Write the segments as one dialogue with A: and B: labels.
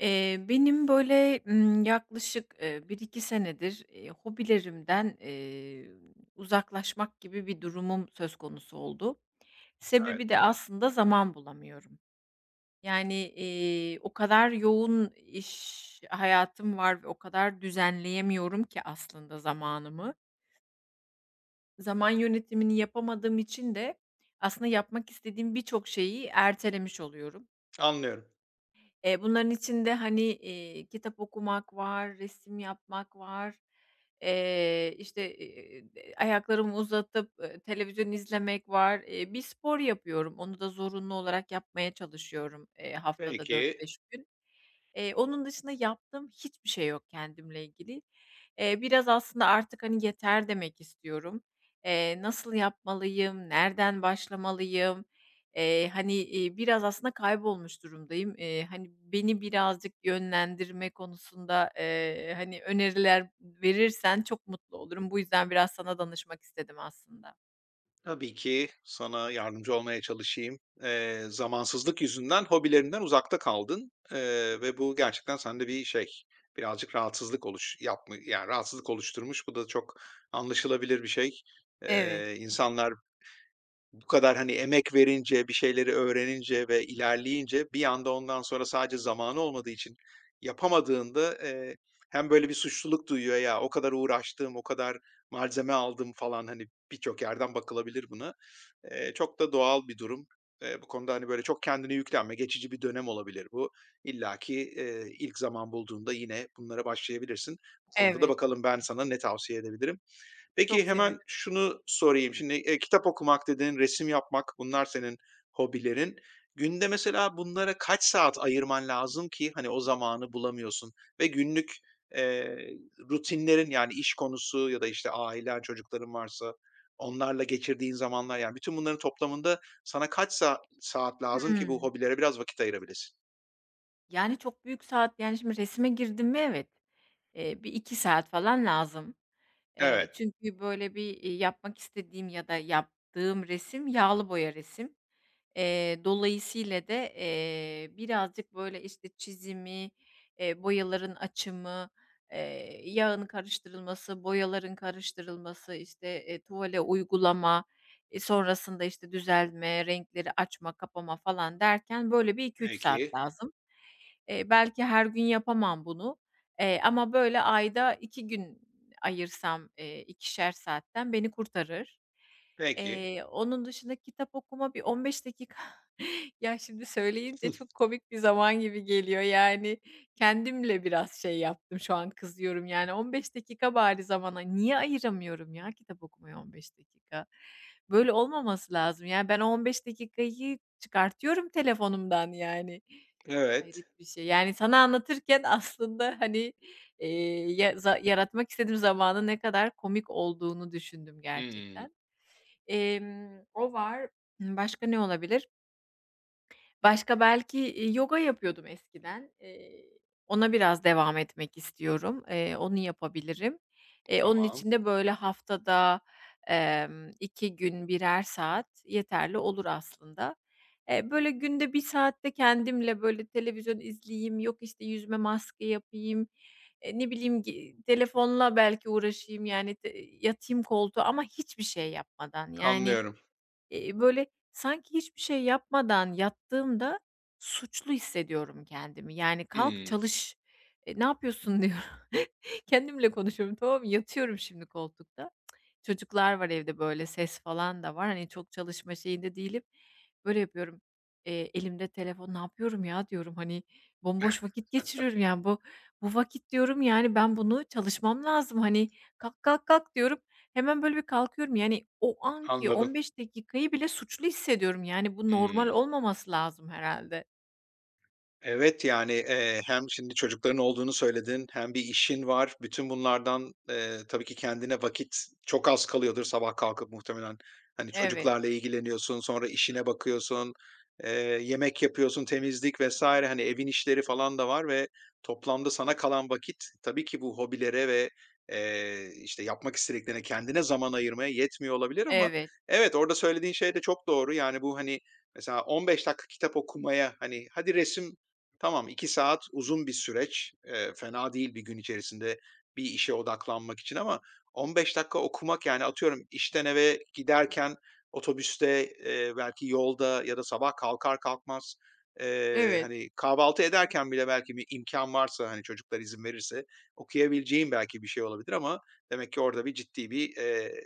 A: Benim, böyle, yaklaşık, 1-2 senedir, hobilerimden, uzaklaşmak gibi bir durumum söz konusu oldu.
B: Evet,
A: Sebebi de aslında zaman bulamıyorum. Yani, o kadar yoğun iş hayatım var ve o kadar düzenleyemiyorum ki aslında zamanımı. Zaman yönetimini yapamadığım için de aslında yapmak istediğim birçok şeyi ertelemiş oluyorum.
B: anlıyorum.
A: Bunların içinde, hani, kitap okumak var, resim yapmak var, işte, ayaklarımı uzatıp, televizyon izlemek var. Bir spor yapıyorum. Onu da zorunlu olarak yapmaya çalışıyorum, haftada dört
B: Peki,
A: beş gün. Onun dışında yaptığım hiçbir şey yok kendimle ilgili. Biraz aslında artık, hani, yeter demek istiyorum. Nasıl yapmalıyım, nereden başlamalıyım? Hani, biraz aslında kaybolmuş durumdayım. Hani, beni birazcık yönlendirme konusunda, hani, öneriler verirsen çok mutlu olurum. Bu yüzden biraz sana danışmak istedim aslında.
B: tabii ki sana yardımcı olmaya çalışayım. Zamansızlık yüzünden hobilerinden uzakta kaldın, ve bu gerçekten sende bir şey, birazcık rahatsızlık oluş yapmı yani rahatsızlık oluşturmuş. Bu da çok anlaşılabilir bir şey.
A: Evet,
B: İnsanlar bu kadar, hani, emek verince, bir şeyleri öğrenince ve ilerleyince bir anda ondan sonra sadece zamanı olmadığı için yapamadığında, hem böyle bir suçluluk duyuyor, "Ya, o kadar uğraştım, o kadar malzeme aldım." falan, hani, birçok yerden bakılabilir buna. Çok da doğal bir durum. Bu konuda, hani, böyle çok kendine yüklenme, geçici bir dönem olabilir bu. İllaki, ilk zaman bulduğunda yine bunlara başlayabilirsin. Bu konuda da
A: evet.
B: bakalım ben sana ne tavsiye edebilirim?
A: Çok
B: Peki
A: sevinirim.
B: hemen şunu sorayım. Şimdi, kitap okumak dedin, resim yapmak bunlar senin hobilerin. Günde mesela bunlara kaç saat ayırman lazım ki, hani, o zamanı bulamıyorsun ve günlük, eee, rutinlerin, yani, iş konusu ya da, işte, ailen, çocukların varsa onlarla geçirdiğin zamanlar, yani, bütün bunların toplamında sana kaç sa saat lazım ki bu
A: Hımm.
B: hobilere biraz vakit ayırabilesin?
A: Yani, çok büyük saat yani, şimdi resme girdim mi, evet. Bir 2 saat falan lazım. Eee,
B: Evet.
A: çünkü böyle bir, yapmak istediğim ya da yaptığım resim yağlı boya resim. Dolayısıyla da, birazcık böyle, işte, çizimi, boyaların açımı, yağın karıştırılması, boyaların karıştırılması, işte, tuvale uygulama, sonrasında, işte, düzeltme, renkleri açma, kapama falan derken böyle bir iki üç saat
B: Peki,
A: lazım. Belki her gün yapamam bunu, ama böyle ayda 2 gün ayırsam, 2'şer saatten beni kurtarır.
B: peki.
A: Onun dışında kitap okuma bir 15 dakika. Ya, şimdi söyleyince çok komik bir zaman gibi geliyor. Yani, kendimle biraz şey yaptım, şu an kızıyorum. Yani, 15 dakika bari zamana niye ayıramıyorum ya, kitap okumaya 15 dakika? Böyle olmaması lazım. Yani, ben o 15 dakikayı çıkartıyorum telefonumdan, yani.
B: Evet.
A: Hayret bir şey. Yani, sana anlatırken aslında, hani, ya yaratmak istediğim zamanın ne kadar komik olduğunu düşündüm
B: Hımm.
A: gerçekten. O var. Başka ne olabilir? Başka belki, yoga yapıyordum eskiden. Ona biraz devam etmek istiyorum. Onu yapabilirim. Onun
B: Tamam.
A: için de böyle haftada, 2 gün birer saat yeterli olur aslında. Böyle günde bir saat de kendimle böyle televizyon izleyeyim, yok işte yüzüme maske yapayım, ne bileyim telefonla belki uğraşayım, yani yatayım koltuğa ama hiçbir şey yapmadan yani.
B: Anlıyorum.
A: Böyle, sanki hiçbir şey yapmadan yattığımda suçlu hissediyorum kendimi. Yani, "Kalk,
B: Hımm.
A: çalış, ne yapıyorsun?" diyorum. Kendimle konuşuyorum, tamam mı? Yatıyorum şimdi koltukta. Çocuklar var evde, böyle, ses falan da var. Hani, çok çalışma şeyinde değilim. Böyle yapıyorum, elimde telefon, "Ne yapıyorum ya?" diyorum. Hani, "Bomboş vakit geçiriyorum, yani, bu vakit," diyorum, "yani, ben bunu çalışmam lazım. Hani, kalk, kalk, kalk." diyorum. Hemen böyle bir kalkıyorum. Yani o anki
B: Anladım.
A: 15 dakikayı bile suçlu hissediyorum. Yani bu normal
B: Hımm.
A: olmaması lazım herhâlde.
B: Evet, yani, hem şimdi çocukların olduğunu söyledin hem bir işin var. Bütün bunlardan, tabii ki kendine vakit çok az kalıyordur sabah kalkıp muhtemelen. Hani,
A: Evet,
B: çocuklarla ilgileniyorsun, sonra işine bakıyorsun, eee, yemek yapıyorsun, temizlik vesaire hani, evin işleri falan da var ve toplamda sana kalan vakit tabii ki bu hobilere ve, işte, yapmak istediklerine, kendine zaman ayırmaya yetmiyor olabilir ama
A: evet,
B: evet, orada söylediğin şey de çok doğru. Yani, bu, hani, mesela 15 dakika kitap okumaya, hani, hadi resim Tamam, 2 saat uzun bir süreç. Fena değil bir gün içerisinde bir işe odaklanmak için ama 15 dakika okumak, yani, atıyorum işten eve giderken otobüste, belki yolda ya da sabah kalkar kalkmaz,
A: evet.
B: hani, kahvaltı ederken bile belki bir imkan varsa, hani, çocuklar izin verirse okuyabileceğim belki bir şey olabilir ama demek ki orada ciddi bir,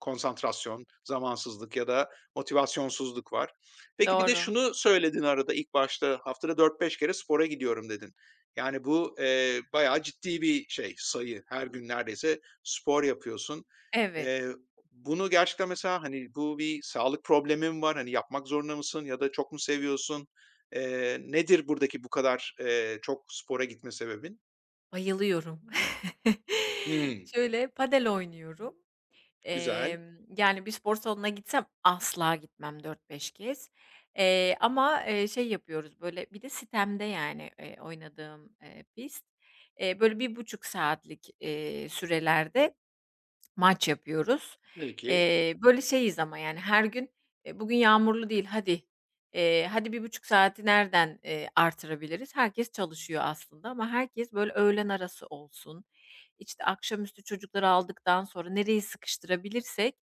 B: konsantrasyon, zamansızlık ya da motivasyonsuzluk var. Peki bir de
A: Doğru.
B: şunu söyledin arada ilk başta, "Haftada dört beş kere spora gidiyorum." dedin. Yani bu, bayağı ciddi bir şey, sayı. Her gün neredeyse spor yapıyorsun.
A: Evet,
B: Eee, Bunu gerçekten mesela, hani, bu bir sağlık problemi mi var? Hani, yapmak zorunda mısın ya da çok mu seviyorsun? Nedir buradaki bu kadar, çok spora gitme sebebin?
A: bayılıyorum.
B: Hımm,
A: Şöyle, padel oynuyorum.
B: güzel.
A: Yani bir spor salonuna gitsem asla gitmem 4-5 kez. Ama, şey yapıyoruz, böyle bir de sitemde yani, oynadığım, pist. Böyle 1,5 saatlik, sürelerde maç yapıyoruz.
B: Peki,
A: Böyle, şeyiz ama, yani, her gün, "Bugün yağmurlu değil, hadi, hadi 1,5 saati nereden, artırabiliriz?" Herkes çalışıyor aslında ama herkes, böyle, öğlen arası olsun, İşte akşamüstü çocukları aldıktan sonra nereyi sıkıştırabilirsek,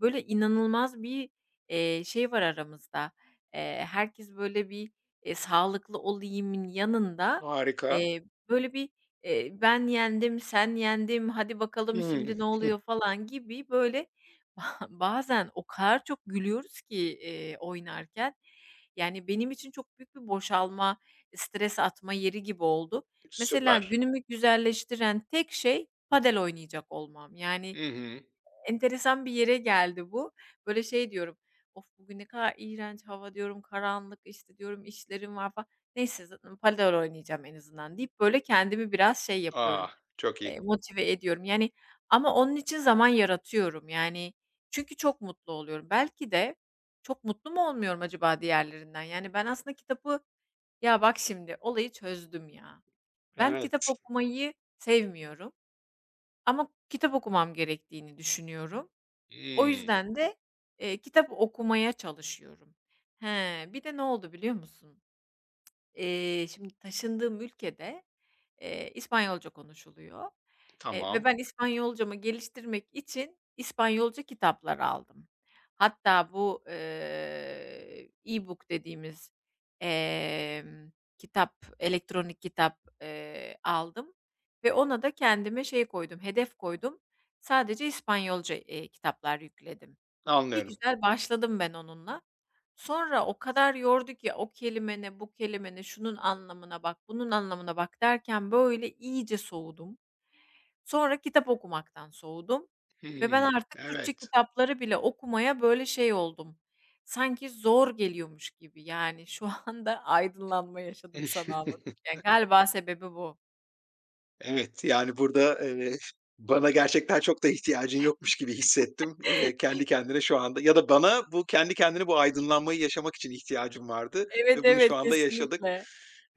A: böyle, inanılmaz bir, şey var aramızda. Herkes, böyle, bir, sağlıklı olayımın yanında,
B: harika.
A: eee, böyle, bir. Ben yendim, sen yendim, hadi bakalım
B: Hımm,
A: şimdi ne oluyor falan gibi böyle. Bazen o kadar çok gülüyoruz ki, oynarken. Yani benim için çok büyük bir boşalma, stres atma yeri gibi oldu. Mesela
B: süper.
A: günümü güzelleştiren tek şey padel oynayacak olmam. Yani
B: Hı hı.
A: enteresan bir yere geldi bu. Böyle şey diyorum, "Of, bugün ne kadar iğrenç hava," diyorum, "karanlık," işte, diyorum, "işlerim var," falan. "Neyse, zaten padel oynayacağım en azından," deyip böyle kendimi biraz şey yapıyorum,
B: Ah, çok iyi.
A: Motive ediyorum. Yani ama onun için zaman yaratıyorum. Yani çünkü çok mutlu oluyorum. Belki de çok mutlu mu olmuyorum acaba diğerlerinden? Yani ben aslında kitabı, ya bak şimdi olayı çözdüm ya. Ben kitap
B: Evet.
A: okumayı sevmiyorum ama kitap okumam gerektiğini düşünüyorum. O
B: Hımm,
A: yüzden de, kitap okumaya çalışıyorum. He, bir de ne oldu biliyor musun? Şimdi taşındığım ülkede, İspanyolca konuşuluyor, ve
B: tamam.
A: ben İspanyolcamı geliştirmek için İspanyolca kitaplar aldım. Hatta bu, e-book dediğimiz, emm, kitap, elektronik kitap, aldım ve ona da kendime şey koydum, hedef koydum. Sadece İspanyolca, kitaplar yükledim. Bir
B: Anlıyorum.
A: güzel başladım ben onunla. Sonra o kadar yordu ki o kelime ne, bu kelime ne, şunun anlamına bak, bunun anlamına bak derken böyle iyice soğudum. Sonra kitap okumaktan soğudum ve ben
B: Hımm.
A: artık Türkçe
B: Evet.
A: kitapları bile okumaya böyle şey oldum. Sanki zor geliyormuş gibi. Yani şu anda aydınlanma yaşadım sana anlatırken. Galiba sebebi bu.
B: Evet, yani, burada, bana gerçekten çok da ihtiyacın yokmuş gibi hissettim. Kendi kendine şu anda ya da bana bu kendi kendine bu aydınlanmayı yaşamak için ihtiyacım vardı
A: Evet,
B: ve bunu şu
A: evet,
B: anda yaşadık.
A: kesinlikle.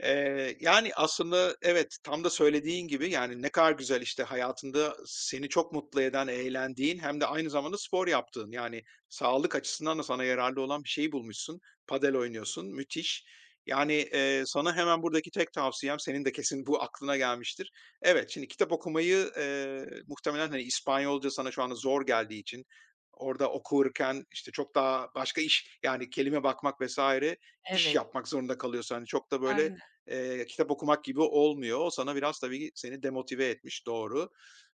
B: Yani, aslında evet, tam da söylediğin gibi, yani, ne kadar güzel, işte, hayatında seni çok mutlu eden, eğlendiğin hem de aynı zamanda spor yaptığın, yani, sağlık açısından da sana yararlı olan bir şeyi bulmuşsun. Padel oynuyorsun, müthiş. Yani, sana hemen buradaki tek tavsiyem, senin de kesin bu aklına gelmiştir. Evet, şimdi kitap okumayı, muhtemelen, hani, İspanyolca sana şu anda zor geldiği için orada okurken, işte, çok daha başka iş, yani, kelime bakmak vesaire iş
A: Evet,
B: yapmak zorunda kalıyorsun. Hani, çok da böyle
A: aynen.
B: Kitap okumak gibi olmuyor. O sana biraz tabii seni demotive etmiş, doğru.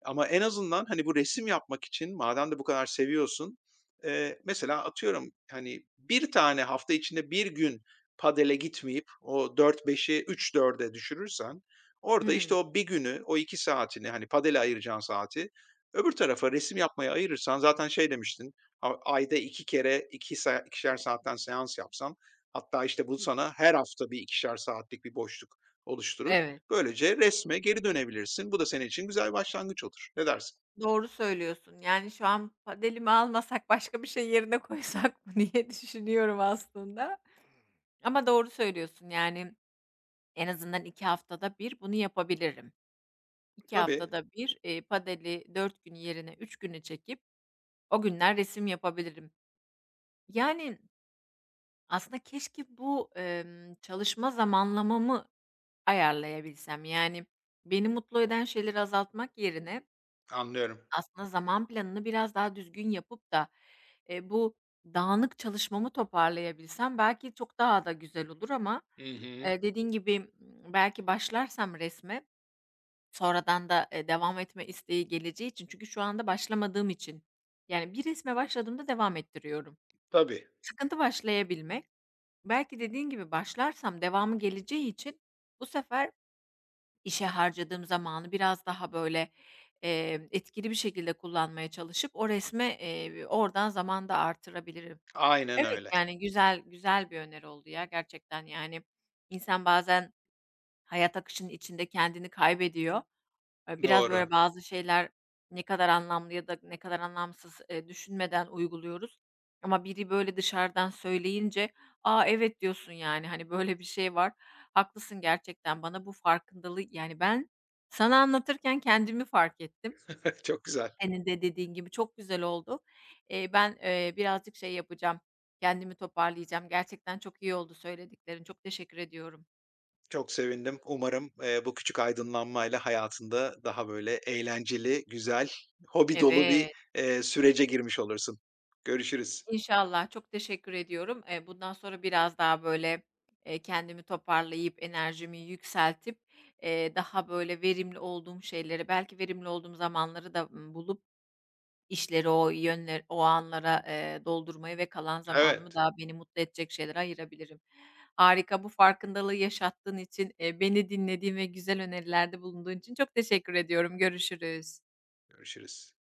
B: Ama en azından, hani, bu resim yapmak için madem de bu kadar seviyorsun, mesela atıyorum, hani, bir tane hafta içinde bir gün padele gitmeyip o dört beşi üç dörde düşürürsen orada, işte,
A: Hımm,
B: o bir günü, o 2 saatini, hani, padele ayıracağın saati öbür tarafa resim yapmaya ayırırsan zaten şey demiştin, ayda 2 kere ikişer saatten seans yapsan hatta, işte, bu sana her hafta bir ikişer saatlik bir boşluk oluşturur.
A: evet.
B: Böylece resme geri dönebilirsin. Bu da senin için güzel bir başlangıç olur. Ne dersin?
A: Doğru söylüyorsun. Yani, şu an padelimi almasak, başka bir şey yerine koysak mı diye düşünüyorum aslında, ama doğru söylüyorsun. Yani, en azından 2 haftada bir bunu yapabilirim. İki
B: Tabii,
A: haftada bir padeli 4 gün yerine 3 günü çekip o günler resim yapabilirim. Yani, aslında keşke bu, çalışma zamanlamamı ayarlayabilsem. Yani, beni mutlu eden şeyleri azaltmak yerine
B: anlıyorum.
A: aslında zaman planını biraz daha düzgün yapıp da, bu dağınık çalışmamı toparlayabilsem belki çok daha da güzel olur ama,
B: Hı hı.
A: dediğin gibi, belki başlarsam resme sonradan da, devam etme isteği geleceği için çünkü şu anda başlamadığım için, yani, bir resme başladığımda devam ettiriyorum.
B: Tabii,
A: Sıkıntı başlayabilmek. Belki dediğin gibi başlarsam devamı geleceği için bu sefer İşe harcadığım zamanı biraz daha, böyle, etkili bir şekilde kullanmaya çalışıp o resme, oradan zaman da artırabilirim.
B: aynen
A: Evet,
B: öyle.
A: yani, güzel güzel bir öneri oldu ya gerçekten, yani. İnsan bazen hayat akışının içinde kendini kaybediyor. Biraz,
B: Doğru.
A: böyle, bazı şeyler ne kadar anlamlı ya da ne kadar anlamsız, düşünmeden uyguluyoruz ama biri, böyle, dışarıdan söyleyince, "A, evet," diyorsun, yani, hani, böyle bir şey var. Haklısın gerçekten, bana bu farkındalığı. Yani, ben sana anlatırken kendimi fark ettim.
B: Çok güzel.
A: Senin de dediğin gibi çok güzel oldu. Ben, birazcık şey yapacağım, kendimi toparlayacağım. Gerçekten çok iyi oldu söylediklerin. Çok teşekkür ediyorum.
B: Çok sevindim. Umarım, bu küçük aydınlanmayla hayatında daha böyle eğlenceli, güzel, hobi dolu bir,
A: Evet.
B: sürece girmiş olursun. Görüşürüz.
A: İnşallah. Çok teşekkür ediyorum. Bundan sonra biraz daha, böyle, kendimi toparlayıp, enerjimi yükseltip, daha, böyle, verimli olduğum şeyleri, belki verimli olduğum zamanları da, bulup işleri o yönler, o anlara, doldurmayı ve kalan zamanımı
B: Evet,
A: daha beni mutlu edecek şeylere ayırabilirim. Harika, bu farkındalığı yaşattığın için, beni dinlediğin ve güzel önerilerde bulunduğun için çok teşekkür ediyorum. Görüşürüz.
B: görüşürüz.